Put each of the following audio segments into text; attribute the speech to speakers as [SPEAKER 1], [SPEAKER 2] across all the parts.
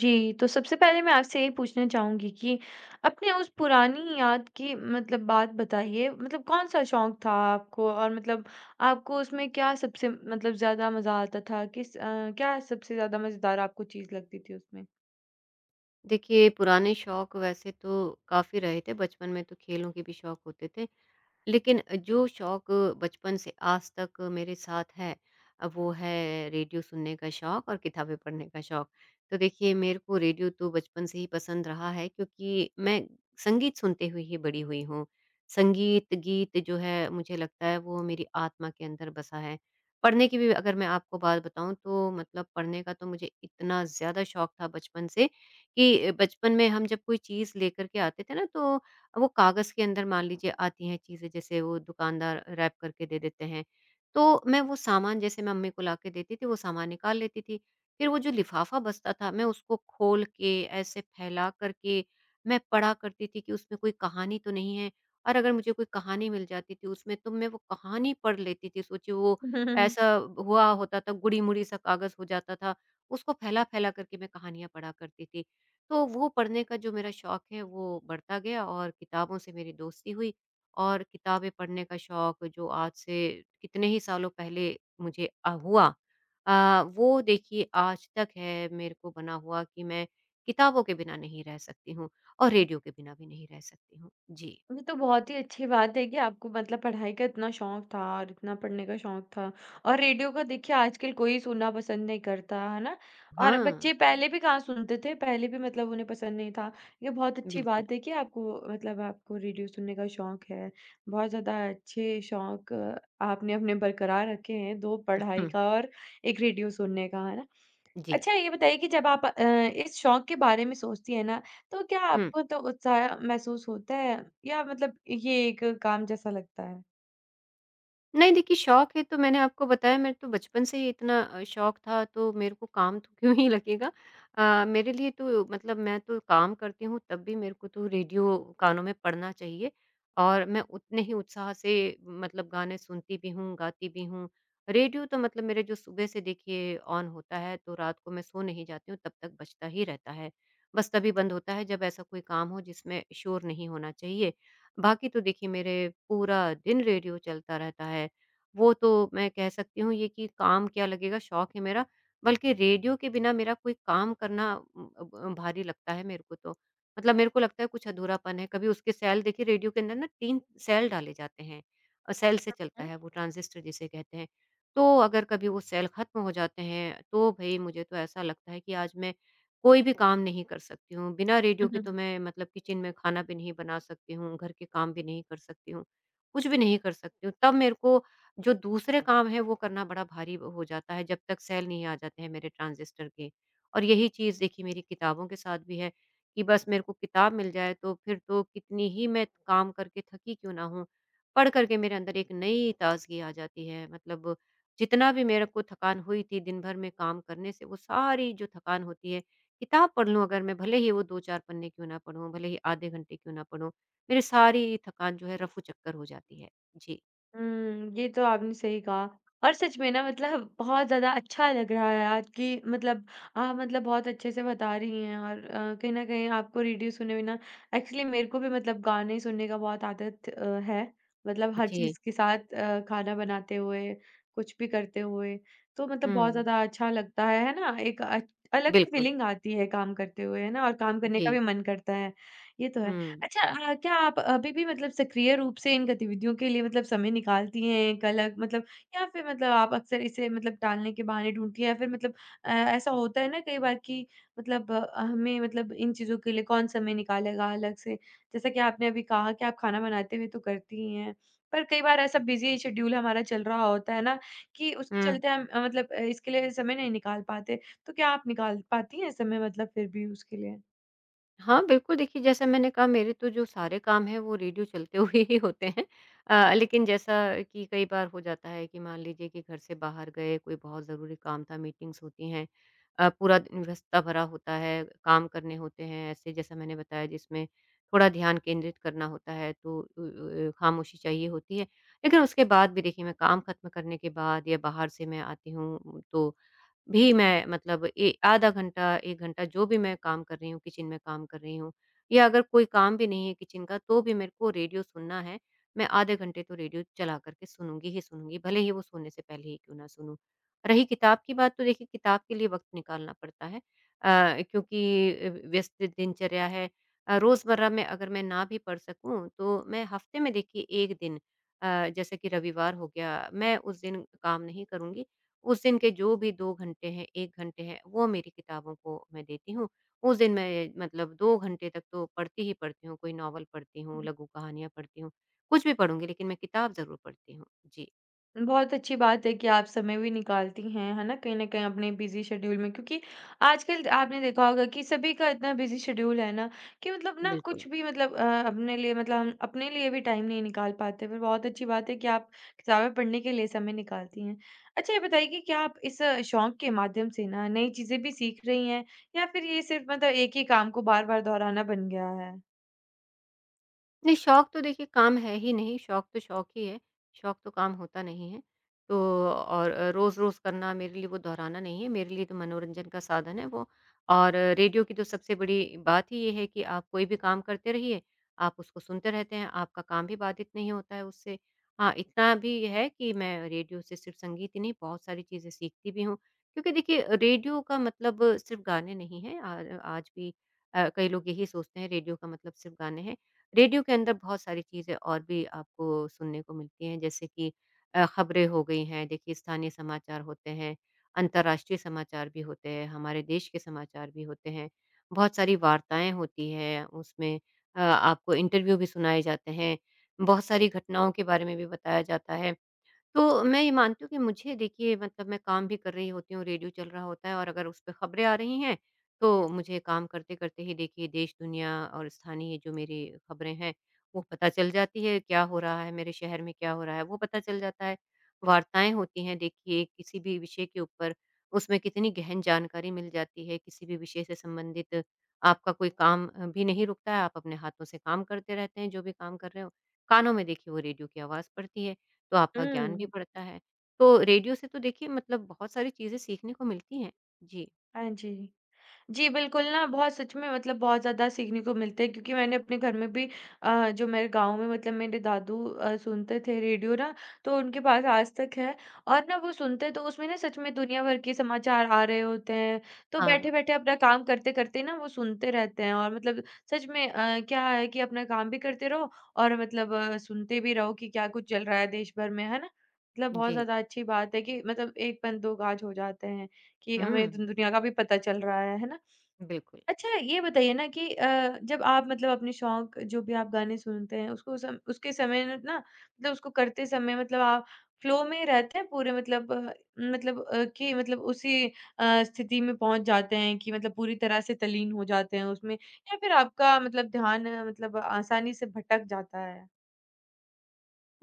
[SPEAKER 1] जी, तो सबसे पहले मैं आपसे ये पूछना चाहूँगी कि अपने उस पुरानी याद की मतलब बात बताइए, मतलब कौन-सा शौक था आपको और मतलब आपको उसमें क्या सबसे मतलब ज़्यादा मज़ा आता था? क्या सबसे ज़्यादा मज़ेदार आपको चीज़ लगती थी उसमें?
[SPEAKER 2] देखिए, पुराने शौक वैसे तो काफ़ी रहे थे, बचपन में तो खेलों के भी शौक होते थे। लेकिन जो शौक बचपन से आज तक मेरे साथ है, वो है रेडियो सुनने का शौक और किताबें पढ़ने का शौक। तो देखिए मेरे को रेडियो तो बचपन से ही पसंद रहा है, क्योंकि मैं संगीत सुनते हुए ही बड़ी हुई हूँ। संगीत, गीत जो है मुझे लगता है वो मेरी आत्मा के अंदर बसा है। पढ़ने की भी अगर मैं आपको बात बताऊँ तो मतलब पढ़ने का तो मुझे इतना ज़्यादा शौक था बचपन से, कि बचपन में हम जब कोई चीज़ लेकर के आते थे ना, तो वो कागज़ के अंदर मान लीजिए आती हैं चीज़ें, जैसे वो दुकानदार रैप करके दे देते हैं, तो मैं वो सामान, जैसे मैं मम्मी को लाके देती थी, वो सामान निकाल लेती थी। फिर वो जो लिफ़ाफ़ा बचता था, मैं उसको खोल के ऐसे फैला कर के मैं पढ़ा करती थी कि उसमें कोई कहानी तो नहीं है, और अगर मुझे कोई कहानी मिल जाती थी उसमें, तो मैं वो कहानी पढ़ लेती थी। सोचिए, वो ऐसा हुआ होता था, गुड़ी-मुड़ी सा कागज़ हो जाता था, उसको फैला-फैला करके मैं कहानियाँ पढ़ा करती थी। तो वो पढ़ने का जो मेरा शौक है वो बढ़ता गया, और किताबों से मेरी दोस्ती हुई, और किताबें पढ़ने का शौक जो आज से कितने ही सालों पहले मुझे हुआ, वो देखिए आज तक है मेरे को बना हुआ, कि मैं किताबों के बिना नहीं रह सकती हूँ और रेडियो के बिना भी नहीं रह सकती हूँ। जी।
[SPEAKER 1] ये तो बहुत ही अच्छी बात है कि आपको मतलब पढ़ाई का इतना शौक था और इतना पढ़ने का शौक था और रेडियो का देखिए आजकल कोई सुनना पसंद नहीं करता है ना और
[SPEAKER 2] हाँ,
[SPEAKER 1] बच्चे पहले भी कहाँ सुनते थे पहले भी मतलब उन्हें पसंद नहीं था। ये बहुत अच्छी
[SPEAKER 2] बिल्कुल।
[SPEAKER 1] बात है कि आपको मतलब आपको रेडियो सुनने का शौक है। बहुत ज्यादा अच्छे शौक आपने अपने बरकरार रखे हैं, दो पढ़ाई
[SPEAKER 2] हुँ,
[SPEAKER 1] का और एक रेडियो सुनने का है ना।
[SPEAKER 2] जी।
[SPEAKER 1] अच्छा ये बताइए कि जब आप इस शौक के बारे में सोचती हैं ना, तो क्या
[SPEAKER 2] हुँ।
[SPEAKER 1] आपको तो उत्साह महसूस होता है या मतलब ये एक काम जैसा लगता है?
[SPEAKER 2] नहीं देखिए, शौक है तो मैंने आपको बताया मेरे तो बचपन से ही इतना शौक था, तो मेरे को काम तो क्यों ही लगेगा। मेरे लिए तो मतलब मैं तो काम करती हूँ तब भी मेरे को तो रेडियो कानों में पड़ना चाहिए, और मैं उतने ही उत्साह से मतलब गाने सुनती भी हूँ, गाती भी हूँ। रेडियो तो मतलब मेरे जो सुबह से देखिए ऑन होता है, तो रात को मैं सो नहीं जाती हूँ तब तक बजता ही रहता है। बस तभी बंद होता है जब ऐसा कोई काम हो जिसमें शोर नहीं होना चाहिए। बाकी तो देखिए मेरे पूरा दिन रेडियो चलता रहता है। वो तो मैं कह सकती हूँ ये कि काम क्या लगेगा, शौक है मेरा, बल्कि रेडियो के बिना मेरा कोई काम करना अब भारी लगता है मेरे को तो। मतलब मेरे को लगता है कुछ अधूरापन है। कभी उसके सेल, देखिए रेडियो के अंदर ना 3 सेल डाले जाते हैं। सेल से चलता
[SPEAKER 1] हुँ।
[SPEAKER 2] है वो ट्रांजिस्टर जिसे कहते हैं। तो अगर कभी वो सेल ख़त्म हो जाते हैं, तो भई मुझे तो ऐसा लगता है कि आज मैं कोई भी काम नहीं कर सकती हूँ। बिना रेडियो के तो मैं मतलब किचन में खाना भी नहीं बना सकती हूँ, घर के काम भी नहीं कर सकती हूँ, कुछ भी नहीं कर सकती हूँ। तब मेरे को जो दूसरे काम हैं वो करना बड़ा भारी हो जाता है जब तक सेल नहीं आ जाते हैं मेरे ट्रांजिस्टर के। और यही चीज़ देखिए मेरी किताबों के साथ भी है, कि बस मेरे को किताब मिल जाए, तो फिर तो कितनी ही मैं काम करके थकी क्यों ना हूँ, पढ़ कर के मेरे अंदर एक नई ताज़गी आ जाती है। मतलब जितना भी मेरे को थकान हुई थी दिन भर में काम करने से, वो सारी जो थकान होती है, किताब पढ़ लूँ अगर मैं, भले ही वो 2-4 पन्ने क्यों ना पढूँ, भले ही आधे घंटे क्यों ना पढूँ, मेरी सारी थकान जो है रफूचक्कर हो जाती है। जी।
[SPEAKER 1] हुँ, ये तो आपने सही कहा। और सच में ना मतलब बहुत ज़्यादा अच्छा लग रहा है आज कि मतलब आप मतलब बहुत अच्छे से बता रही हैं और कहीं न कहीं आपको रेडियो सुने बिना एक्चुअली मेरे को भी मतलब गाने सुनने का बहुत आदत है। मतलब हर
[SPEAKER 2] जी।
[SPEAKER 1] चीज़ के साथ खाना बनाते हुए, कुछ भी करते हुए, तो मतलब बहुत
[SPEAKER 2] हुँ।
[SPEAKER 1] ज़्यादा अच्छा लगता है ना? एक अलग सी
[SPEAKER 2] बिल्कुल।
[SPEAKER 1] फीलिंग आती है काम करते हुए, है ना? और काम करने का
[SPEAKER 2] जी।
[SPEAKER 1] भी मन करता है, ये तो है।
[SPEAKER 2] हुँ।
[SPEAKER 1] अच्छा क्या आप अभी भी मतलब सक्रिय रूप से इन गतिविधियों के लिए मतलब समय निकालती हैं, एक अलग मतलब, या फिर मतलब आप अक्सर इसे मतलब टालने के बहाने ढूँढती हैं, या फिर मतलब ऐसा होता है ना कई बार कि मतलब हमें मतलब इन चीज़ों के लिए कौन समय निकालेगा अलग से? जैसा कि आपने अभी कहा कि आप खाना बनाते हुए तो करती ही हैं, पर कई बार ऐसा बिज़ी शेड्यूल हमारा चल रहा होता है ना कि उसके
[SPEAKER 2] हुँ।
[SPEAKER 1] चलते हम मतलब इसके लिए समय नहीं निकाल पाते, तो क्या आप निकाल पाती हैं समय मतलब फिर भी उसके लिए?
[SPEAKER 2] हाँ, बिल्कुल, देखिए जैसा मैंने कहा मेरे तो जो सारे काम हैं वो रेडियो चलते हुए ही होते हैं। लेकिन जैसा कि कई बार हो जाता है, कि मान लीजिए कि घर से बाहर गए, कोई बहुत ज़रूरी काम था, मीटिंग्स होती हैं, पूरा दिन व्यस्तता भरा होता है, काम करने होते हैं ऐसे जैसा मैंने बताया, जिसमें थोड़ा ध्यान केंद्रित करना होता है, तो खामोशी चाहिए होती है। लेकिन उसके बाद भी देखिए मैं काम खत्म करने के बाद या बाहर से मैं आती हूँ, तो भी मैं मतलब ए आधा घंटा, 1 घंटा, जो भी मैं काम कर रही हूँ, किचन में काम कर रही हूँ, या अगर कोई काम भी नहीं है किचन का, तो भी मेरे को रेडियो सुनना है, मैं आधे घंटे तो रेडियो चला कर के सुनूँगी ही सुनूँगी, भले ही वो सोने से पहले ही क्यों ना सुनूँ। रही किताब की बात, तो देखिए किताब के लिए वक़्त निकालना पड़ता है, क्योंकि व्यस्त दिनचर्या है। रोज़मर्रा में अगर मैं ना भी पढ़ सकूँ, तो मैं हफ़्ते में देखिए 1 दिन, जैसे कि रविवार हो गया, मैं उस दिन काम नहीं करूँगी, उस दिन के जो भी 2 घंटे हैं, 1 घंटे हैं, वो मेरी किताबों को मैं देती हूँ। उस दिन मैं मतलब 2 घंटे तक तो पढ़ती ही पढ़ती हूँ, कोई नॉवल पढ़ती हूँ, लघु कहानियाँ पढ़ती हूँ, कुछ भी पढ़ूँगी, लेकिन मैं किताब ज़रूर पढ़ती हूँ। जी,
[SPEAKER 1] बहुत अच्छी बात है कि आप समय भी निकालती हैं, है ना? कहीं न कहीं अपने बिज़ी शेड्यूल में, क्योंकि आजकल आपने देखा होगा कि सभी का इतना बिज़ी शेड्यूल है ना, कि मतलब ना
[SPEAKER 2] बिल्कुल।
[SPEAKER 1] कुछ भी मतलब अपने लिए मतलब हम अपने लिए भी टाइम नहीं निकाल पाते। पर बहुत अच्छी बात है कि आप किताबें पढ़ने के लिए समय निकालती हैं। अच्छा ये बताइए कि क्या आप इस शौक के माध्यम से ना नई चीज़ें भी सीख रही हैं, या फिर ये सिर्फ़ मतलब एक ही काम को बार-बार दोहराना बन गया है?
[SPEAKER 2] नहीं, शौक तो देखिए काम है ही नहीं, शौक तो शौक ही है, शौक तो काम होता नहीं है। तो और रोज़-रोज़ करना मेरे लिए वो दोहराना नहीं है, मेरे लिए तो मनोरंजन का साधन है वो। और रेडियो की तो सबसे बड़ी बात ही ये है कि आप कोई भी काम करते रहिए, आप उसको सुनते रहते हैं, आपका काम भी बाधित नहीं होता है उससे। हाँ, इतना भी है कि मैं रेडियो से सिर्फ़ संगीत ही नहीं, बहुत सारी चीज़ें सीखती भी हूँ। क्योंकि देखिए रेडियो का मतलब सिर्फ़ गाने नहीं हैं, आ आज भी कई लोग यही सोचते हैं रेडियो का मतलब सिर्फ़ गाने हैं। रेडियो के अंदर बहुत सारी चीज़ें और भी आपको सुनने को मिलती हैं, जैसे कि खबरें हो गई हैं, देखिए स्थानीय समाचार होते हैं, अंतर्राष्ट्रीय समाचार भी होते हैं, हमारे देश के समाचार भी होते हैं, बहुत सारी वार्ताएँ होती हैं उसमें, आपको इंटरव्यू भी सुनाए जाते हैं, बहुत सारी घटनाओं के बारे में भी बताया जाता है। तो मैं ये मानती हूँ कि मुझे देखिए मतलब मैं काम भी कर रही होती हूँ, रेडियो चल रहा होता है, और अगर उस पे खबरें आ रही हैं, तो मुझे काम करते-करते ही देखिए देश-दुनिया और स्थानीय जो मेरी खबरें हैं, वो पता चल जाती है। क्या हो रहा है, मेरे शहर में क्या हो रहा है, वो पता चल जाता है। वार्ताएँ होती हैं देखिए किसी भी विषय के ऊपर, उसमें कितनी गहन जानकारी मिल जाती है, किसी भी विषय से संबंधित। आपका कोई काम भी नहीं रुकता है, आप अपने हाथों से काम करते रहते हैं, जो भी काम कर रहे हो। कानों में देखिए वो रेडियो की आवाज़ पड़ती है। तो आपका ज्ञान भी
[SPEAKER 1] हुँ।
[SPEAKER 2] बढ़ता है। तो रेडियो से तो देखिए मतलब बहुत सारी चीज़ें सीखने को मिलती हैं। जी।
[SPEAKER 1] हाँ जी। जी, बिल्कुल ना, बहुत सच में मतलब बहुत ज़्यादा सीखने को मिलता है, क्योंकि मैंने अपने घर में भी जो मेरे गाँव में मतलब मेरे दादू सुनते थे रेडियो ना, तो उनके पास आज तक है। और ना वो सुनते तो उसमें ना सच में दुनिया भर के समाचार आ रहे होते हैं, तो
[SPEAKER 2] हाँ,
[SPEAKER 1] बैठे-बैठे अपना काम करते-करते ना वो सुनते रहते हैं और मतलब सच में क्या है कि अपना काम भी करते रहो और मतलब सुनते भी रहो कि क्या कुछ चल रहा है देश भर में, है ना? मतलब बहुत
[SPEAKER 2] जी।
[SPEAKER 1] ज़्यादा अच्छी बात है कि मतलब एक पंथ दो काज हो जाते हैं कि हमें
[SPEAKER 2] हुँ,
[SPEAKER 1] दुनिया का भी पता चल रहा है ना?
[SPEAKER 2] बिल्कुल।
[SPEAKER 1] अच्छा, ये बताइए ना कि जब आप मतलब अपने शौक, जो भी आप गाने सुनते हैं उसको सम उसके समय न ना मतलब उसको करते समय मतलब आप फ्लो में रहते हैं पूरे मतलब मतलब कि मतलब उसी स्थिति में पहुँच जाते हैं कि मतलब पूरी तरह से तल्लीन हो जाते हैं उसमें, या फिर आपका मतलब ध्यान मतलब आसानी से भटक जाता है?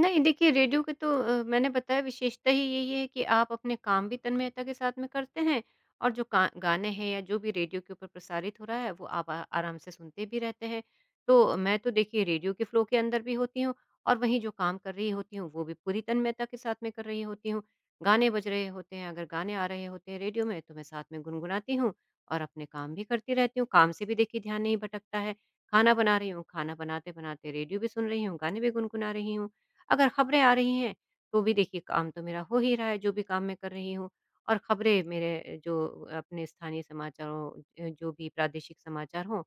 [SPEAKER 2] नहीं, देखिए रेडियो के तो मैंने बताया विशेषता ही यही है कि आप अपने काम भी तन्मयता के साथ में करते हैं, और जो का गाने हैं या जो भी रेडियो के ऊपर प्रसारित हो रहा है, वो आप आ आराम से सुनते भी रहते हैं। तो मैं तो देखिए रेडियो के फ्लो के अंदर भी होती हूँ, और वहीं जो काम कर रही होती हूँ, वो भी पूरी तन्मयता के साथ में कर रही होती हूँ। गाने बज रहे होते हैं, अगर गाने आ रहे होते हैं रेडियो में, तो मैं साथ में गुनगुनाती हूँ और अपने काम भी करती रहती हूँ। काम से भी देखिए ध्यान नहीं भटकता है। खाना बना रही हूँ, खाना बनाते-बनाते रेडियो भी सुन रही हूँ, गाने भी गुनगुना रही हूँ। अगर खबरें आ रही हैं, तो भी देखिए काम तो मेरा हो ही रहा है, जो भी काम मैं कर रही हूँ, और खबरें मेरे जो अपने स्थानीय समाचारों जो भी प्रादेशिक समाचार हों,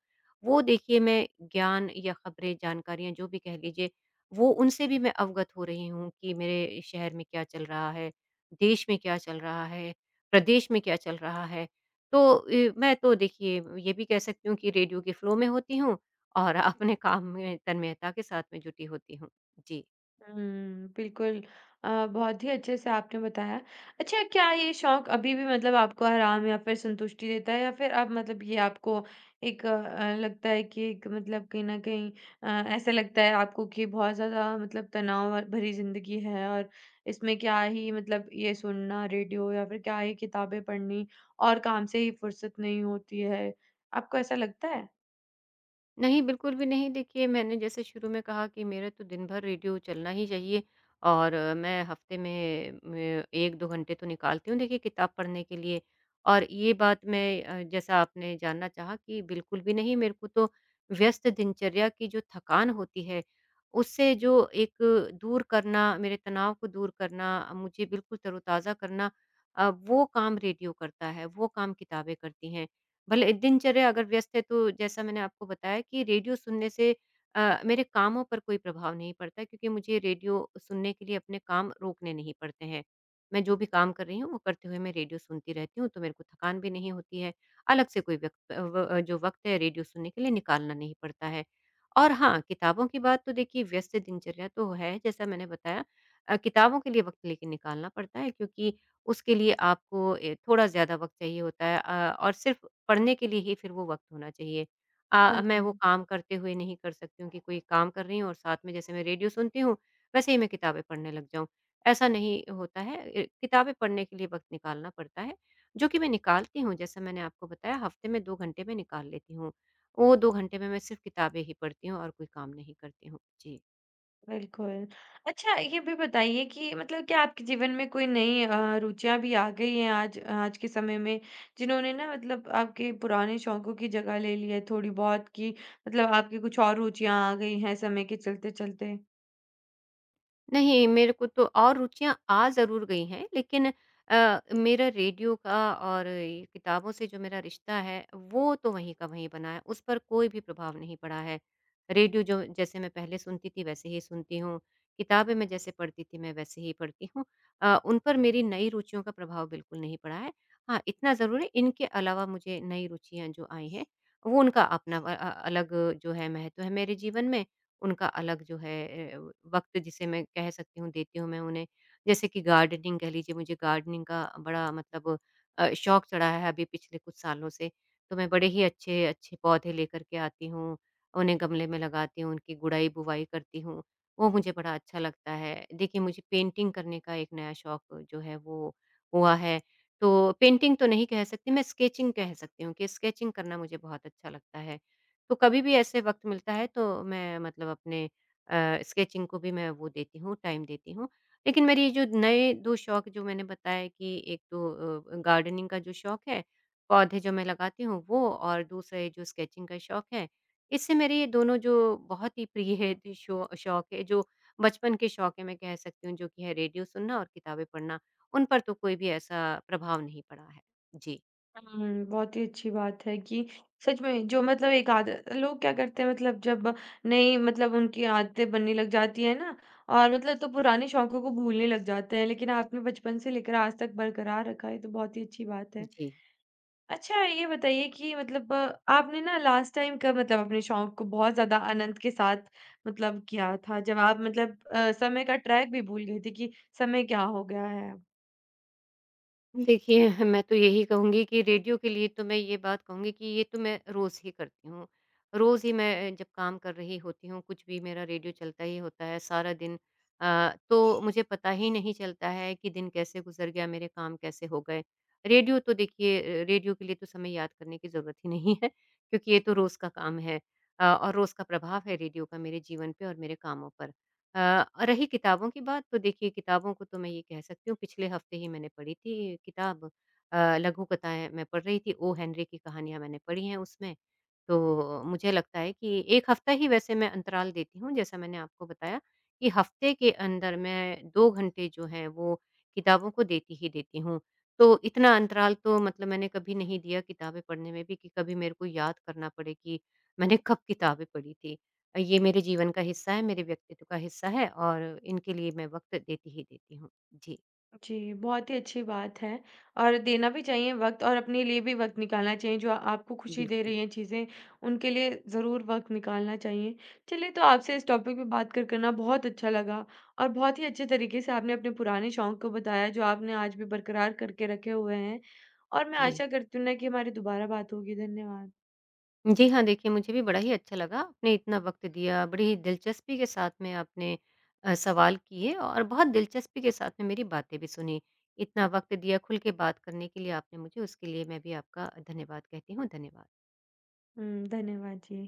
[SPEAKER 2] वो देखिए मैं, ज्ञान या खबरें जानकारियाँ जो भी कह लीजिए, वो उनसे भी मैं अवगत हो रही हूँ कि मेरे शहर में क्या चल रहा है, देश में क्या चल रहा है, प्रदेश में क्या चल रहा है। तो मैं तो देखिए ये भी कह सकती हूँ कि रेडियो के फ्लो में होती हूँ, और अपने काम में तन्मयता के साथ में जुटी होती हूँ। जी।
[SPEAKER 1] हुँ, बिल्कुल। बहुत ही अच्छे से आपने बताया। अच्छा क्या ये शौक अभी भी मतलब आपको आराम या फिर संतुष्टि देता है, या फिर अब मतलब ये आपको एक लगता है कि एक मतलब कहीं न कहीं अ, ऐसा लगता है आपको कि बहुत ज़्यादा मतलब तनाव भरी ज़िंदगी है और इसमें क्या ही मतलब ये सुनना रेडियो, या फिर क्या ही किताबें पढ़नी, और काम से ही फुर्सत नहीं होती है। आपको ऐसा लगता है?
[SPEAKER 2] नहीं, बिल्कुल भी नहीं। देखिए, मैंने जैसे शुरू में कहा कि मेरा तो दिन भर रेडियो चलना ही चाहिए, और मैं हफ़्ते में 1-2 घंटे तो निकालती हूँ, देखिए, किताब पढ़ने के लिए। और ये बात मैं, जैसा आपने जानना चाहा, कि बिल्कुल भी नहीं, मेरे को तो व्यस्त दिनचर्या की जो थकान होती है, उससे जो एक दूर करना, मेरे तनाव को दूर करना, मुझे बिल्कुल तरोताज़ा करना, वो काम रेडियो करता है, वो काम किताबें करती हैं। भले दिनचर्या अगर व्यस्त है, तो जैसा मैंने आपको बताया कि रेडियो सुनने से मेरे कामों पर कोई प्रभाव नहीं पड़ता क्योंकि मुझे रेडियो सुनने के लिए अपने काम रोकने नहीं पड़ते हैं। मैं जो भी काम कर रही हूँ वो करते हुए मैं रेडियो सुनती रहती हूँ तो मेरे को थकान भी नहीं होती है। अलग से कोई व्यक्त अ, व अ, जो वक़्त है रेडियो सुनने के लिए निकालना नहीं पड़ता है। और हाँ, किताबों की बात तो देखिए व्यस्त दिनचर्या तो है जैसा मैंने बताया किताबों के लिए वक़्त लेकिन निकालना पड़ता है क्योंकि उसके लिए आपको थोड़ा ज़्यादा वक़्त चाहिए होता है और सिर्फ़ पढ़ने के लिए ही फिर वो वक़्त होना चाहिए।
[SPEAKER 1] हाँ
[SPEAKER 2] मैं वो
[SPEAKER 1] जी।
[SPEAKER 2] काम करते हुए नहीं कर सकती हूँ कि कोई काम कर रही हूँ और साथ में जैसे मैं रेडियो सुनती हूँ, वैसे ही मैं किताबें पढ़ने लग जाऊँ। ऐसा नहीं होता है। किताबें पढ़ने के लिए वक़्त निकालना पड़ता है, जो कि मैं निकालती हूँ, जैसा मैंने आपको बताया हफ़्ते में 2 घंटे मैं निकाल लेती हूँ। वो 2 घंटे में मैं सिर्फ़ किताबें ही पढ़ती हूँ और कोई काम नहीं करती हूँ। जी।
[SPEAKER 1] बिल्कुल। अच्छा ये भी बताइए कि मतलब क्या आपके जीवन में कोई नई रुचियाँ भी आ गई हैं आज आज के समय में जिन्होंने ना मतलब आपके पुराने शौकों की जगह ले ली है थोड़ी बहुत, कि मतलब आपकी कुछ और रुचियाँ आ गई हैं समय के चलते-चलते?
[SPEAKER 2] नहीं, मेरे को तो और रुचियाँ आ ज़रूर गई हैं, लेकिन मेरा रेडियो का और ये किताबों से जो मेरा रिश्ता है, वो तो वहीं का वहीं बना है, उस पर कोई भी प्रभाव नहीं पड़ा है। रेडियो जो जैसे मैं पहले सुनती थी, वैसे ही सुनती हूँ, किताबें मैं जैसे पढ़ती थी, मैं वैसे ही पढ़ती हूँ। उन पर मेरी नई रुचियों का प्रभाव बिल्कुल नहीं पड़ा है। हाँ, इतना ज़रूर है, इनके अलावा मुझे नई रुचियाँ जो आई हैं, वो उनका अपना अलग जो है महत्व है मेरे जीवन में। उनका अलग जो है वक्त जिसे मैं कह सकती हूँ देती हूँ मैं उन्हें। जैसे कि गार्डनिंग कह लीजिए मुझे गार्डनिंग का बड़ा मतलब शौक चढ़ा है अभी पिछले कुछ सालों से। तो मैं बड़े ही अच्छे अच्छे पौधे लेकर के आती हूँ, उन्हें गमले में लगाती हूँ, उनकी गुड़ाई बुवाई करती हूँ, वो मुझे बड़ा अच्छा लगता है। देखिए मुझे पेंटिंग करने का एक नया शौक जो है वो हुआ है। तो पेंटिंग तो नहीं कह सकती, मैं स्केचिंग कह सकती हूँ कि स्केचिंग करना मुझे बहुत अच्छा लगता है। तो कभी भी ऐसे वक़्त मिलता है तो मैं मतलब अपने स्केचिंग को भी मैं वो देती हूँ, टाइम देती हूँ। लेकिन मेरे ये जो नए 2 शौक जो मैंने बताया कि एक तो गार्डनिंग का जो शौक है, पौधे जो मैं लगाती हूँ वो, और दूसरे जो स्केचिंग का शौक है, इससे मेरे ये दोनों जो बहुत ही प्रिय है द शौ शौक है, जो बचपन के शौक है मैं कह सकती हूँ, जो कि है रेडियो सुनना और किताबें पढ़ना, उन पर तो कोई भी ऐसा प्रभाव नहीं पड़ा है। जी।
[SPEAKER 1] हुँ, बहुत ही अच्छी बात है कि सच में, जो मतलब एक आदत लोग क्या करते हैं मतलब जब नई मतलब उनकी आदतें बनने लग जाती हैं ना, और मतलब तो पुराने शौकों को भूलने लग जाते हैं, लेकिन आपने बचपन से लेकर आज तक बरकरार रखा है, ये तो बहुत ही अच्छी बात है।
[SPEAKER 2] जी।
[SPEAKER 1] अच्छा, ये बताइए कि मतलब आपने ना लास्ट टाइम कब मतलब अपने शौक को बहुत ज़्यादा आनंद के साथ मतलब किया था? जब आप मतलब समय का ट्रैक भी भूल गई थी कि समय क्या हो गया है?
[SPEAKER 2] देखिए, हाँ, मैं तो यही कहूँगी कि रेडियो के लिए तो मैं ये बात कहूँगी कि ये तो मैं रोज़ ही करती हूँ। रोज़ ही मैं जब काम कर रही होती हूँ, कुछ भी मेरा रेडियो चलता ही होता है सारा दिन। तो मुझे पता ही नहीं चलता है कि दिन कैसे गुज़र गया, मेरे काम कैसे हो गए। रेडियो तो देखिए रेडियो के लिए तो समय याद करने की ज़रूरत ही नहीं है, क्योंकि ये तो रोज़ का काम है। और रोज़ का प्रभाव है रेडियो का मेरे जीवन पे और मेरे कामों पर। रही किताबों की बात, तो देखिए किताबों को तो मैं ये कह सकती हूँ पिछले हफ्ते ही मैंने पढ़ी थी किताब। लघु कथाएँ मैं पढ़ रही थी, ओ हेनरी की कहानियाँ मैंने पढ़ी हैं उसमें। तो मुझे लगता है कि 1 हफ्ता ही वैसे मैं अंतराल देती हूँ, जैसा मैंने आपको बताया कि हफ्ते के अंदर मैं 2 घंटे जो हैं वो किताबों को देती ही देती हूँ। तो इतना अंतराल तो मतलब मैंने कभी नहीं दिया किताबें पढ़ने में भी कि कभी मेरे को याद करना पड़े कि मैंने कब किताबें पढ़ी थी। ये मेरे जीवन का हिस्सा है, मेरे व्यक्तित्व का हिस्सा है और इनके लिए मैं वक़्त देती ही देती हूँ। जी,
[SPEAKER 1] जी, बहुत ही अच्छी बात है, और देना भी चाहिए वक़्त, और अपने लिए भी वक़्त निकालना चाहिए। जो आपको खुशी दे
[SPEAKER 2] बिल्कुल।
[SPEAKER 1] रही हैं चीज़ें, उनके लिए ज़रूर वक़्त निकालना चाहिए। चलिए, तो आपसे इस टॉपिक पे बात कर कर ना बहुत अच्छा लगा, और बहुत ही अच्छे तरीके से आपने अपने पुराने शौक को बताया, जो आपने आज भी बरकरार करके रखे हुए हैं, और मैं
[SPEAKER 2] जी।
[SPEAKER 1] आशा करती हूँ ना कि हमारी दोबारा बात होगी। धन्यवाद।
[SPEAKER 2] जी हाँ, देखिए मुझे भी बड़ा ही अच्छा लगा, आपने इतना वक़्त दिया, बड़ी ही दिलचस्पी के साथ में आपने सवाल किए और बहुत दिलचस्पी के साथ में मेरी बातें भी सुनी। इतना वक़्त दिया, खुल के बात करने के लिए आपने मुझे, उसके लिए मैं भी आपका धन्यवाद कहती हूँ। धन्यवाद।
[SPEAKER 1] हुँ, धन्यवाद जी।